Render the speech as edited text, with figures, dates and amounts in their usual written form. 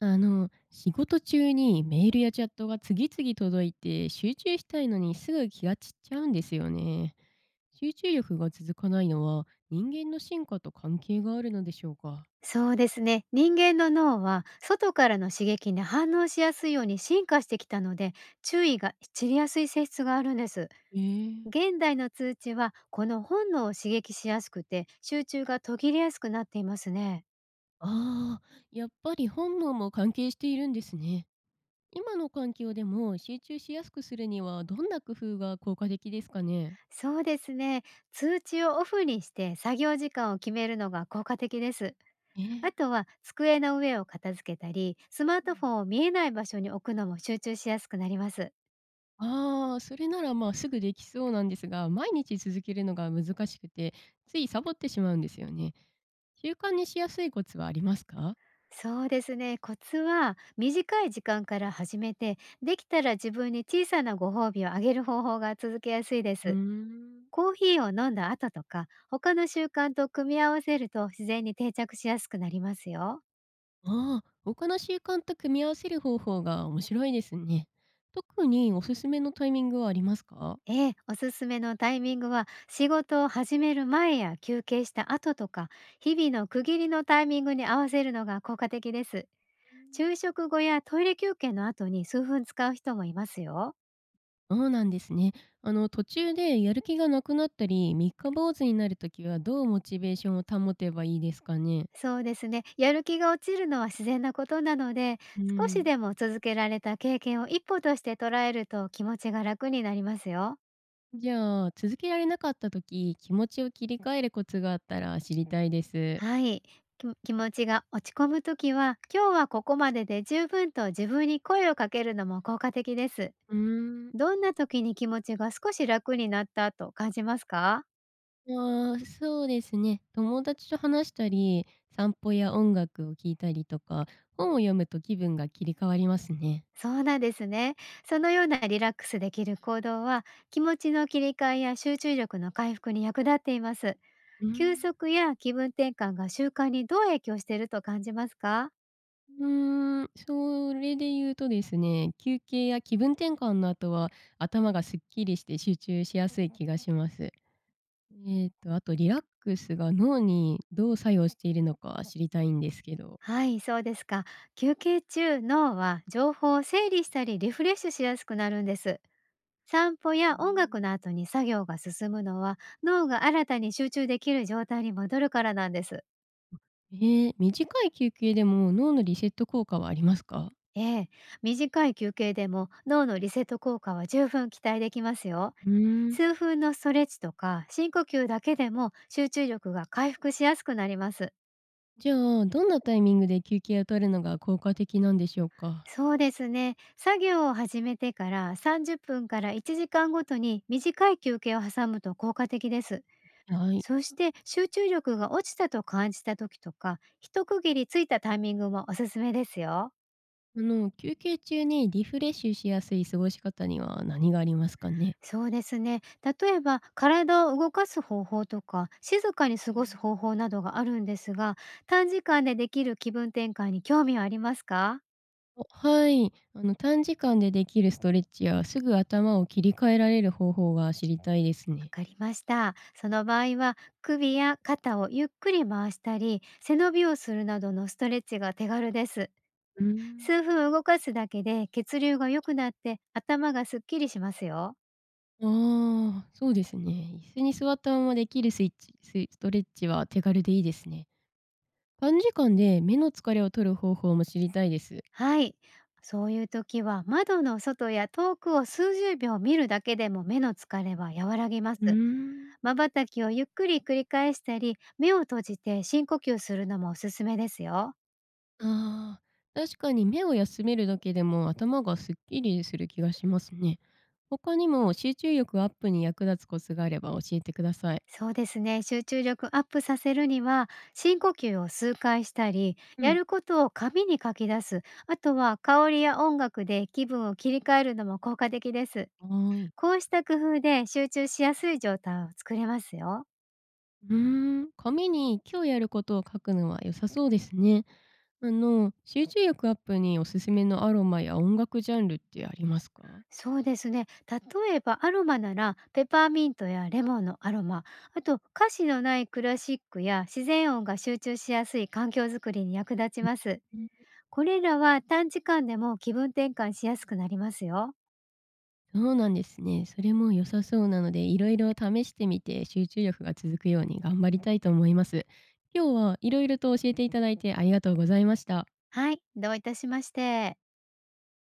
仕事中にメールやチャットが次々届いて集中したいのにすぐ気が散っちゃうんですよね。集中力が続かないのは人間の進化と関係があるのでしょうか。そうですね。人間の脳は外からの刺激に反応しやすいように進化してきたので、注意が散りやすい性質があるんです。えー。現代の通知はこの本能を刺激しやすくて、集中が途切れやすくなっていますね。ああー、やっぱり本能も関係しているんですね。今の環境でも集中しやすくするにはどんな工夫が効果的ですかね。そうですね。通知をオフにして作業時間を決めるのが効果的です。えー。あとは机の上を片付けたり、スマーうトん。フォンを見えない場所に置くのも集中しやすくなります。ああ、それならまあすぐできそうなんですが、毎日続けるのが難しくて、ついサボってしまうんですよね。習慣にしやすいコツはありますか？そうですね。コツは短い時間から始めて、できたら自分に小さなご褒美をあげる方法が続けやすいでうーす。ん。コーヒーを飲んだ後とか、他の習慣と組み合わせると自然に定着しやすくなりますよ。ああ、他の習慣と組み合わせる方法が面白いですね。特におすすめのタイミングはありますか？ええ、おすすめのタイミングは仕事を始める前や休憩した後とか、日々の区切りのタイミングに合わせるのが効果的です。うん。昼食後やトイレ休憩の後に数分使う人もいますよ。そうなんですね。途中でやる気がなくなったり、三日坊主になるときはどうモチベーションを保てばいいですかね？そうですね。やる気が落ちるのは自然なことなので、うー少しん。でも続けられた経験を一歩として捉えると気持ちが楽になりますよ。じゃあ、続けられなかったとき気持ちを切り替えるコツがあったら知りたいです。はい。気持ちが落ち込むときは、今日はここまでで十分と自分に声をかけるのも効果的です。うーん。どんな時に気持ちが少し楽になったと感じますか？ああ、そうですね。友達と話したり、散歩や音楽を聴いたりとか、本を読むと気分が切り替わりますね。そうなんですね。そのようなリラックスできる行動は、気持ちの切り替えや集中力の回復に役立っています。うー休ん。息や気分転換が習慣にどう影響していると感じますか？うーん、それで言うとですね、休憩や気分転換の後は、頭がすっきりして集中しやすい気がします。あとリラックスが脳にどう作用しているのか知りたいんですけど。はい、そうですか。休憩中、脳は情報を整理したりリフレッシュしやすくなるんです。散歩うーや音ん。楽の後に作業が進むのは、脳が新たに集中できる状態に戻るからなんです。ええ、短い休憩でも脳のリセット効果はありますか？ええ、短い休憩でも脳のリセット効果は十分期待できますよ。うーん。数分のストレッチとか深呼吸だけでも集中力が回復しやすくなります。じゃあ、どんなタイミングで休憩を取るのが効果的なんでしょうか？そうですね。作業を始めてから30分から1時間ごとに短い休憩を挟むと効果的です。はい。そして集中力が落ちたと感じた時とか、一区切りついたタイミングもおすすめですよ。休憩中にリフレッシュしやすい過ごし方には何がありますかね？そうですね。例えば体を動かす方法とか、静かにう過ごん。す方法などがあるんですが、短時間でできる気分転換に興味はありますか？はい。短時間でできるストレッチや、すぐ頭を切り替えられる方法が知りたいですわね。かりました。その場合は、首や肩をゆっくり回したり背伸びをするなどのストレッチが手軽です。うん。数分動かすだけで血流が良くなって頭がすっきりしますよ。ああ、そうですね。椅子に座ったままできるストレッチは手軽でいいですね。短時間で目の疲れを取る方法も知りたいです。はい。そういう時は窓の外や遠くを数十秒見るだけでも目の疲れは和らぎます。うーん。瞬きをゆっくり繰り返したり、目を閉じて深呼吸するのもおすすめですよ。ああ、確かに目を休めるだけでも頭がすっきりする気がしますね。他にも集中力アップに役立つコツがあれば教えてください。そうですね。集中力アップさせるには、深呼吸を数回したり、うやん。ることを紙に書き出す、あとは香りや音楽で気分を切り替えるのも効果的です。はーい。こうした工夫で集中しやすい状態を作れますよ。うーん、紙に今日やることを書くのは良さそうですね。集中力アップにおすすめのアロマや音楽ジャンルってありますか？そうですね。例えばアロマなら、ペパーミントやレモンのアロマ、あと歌詞のないクラシックや自然音が集中しやすい環境づくりに役立ちうん。ます。これらは短時間でも気分転換しやすくなりますよ。そうなんですね。それも良さそうなので、いろいろ試してみて集中力が続くように頑張りたいと思います。今日はいろいろと教えていただいてありがとうございました。はい、どういたしまして。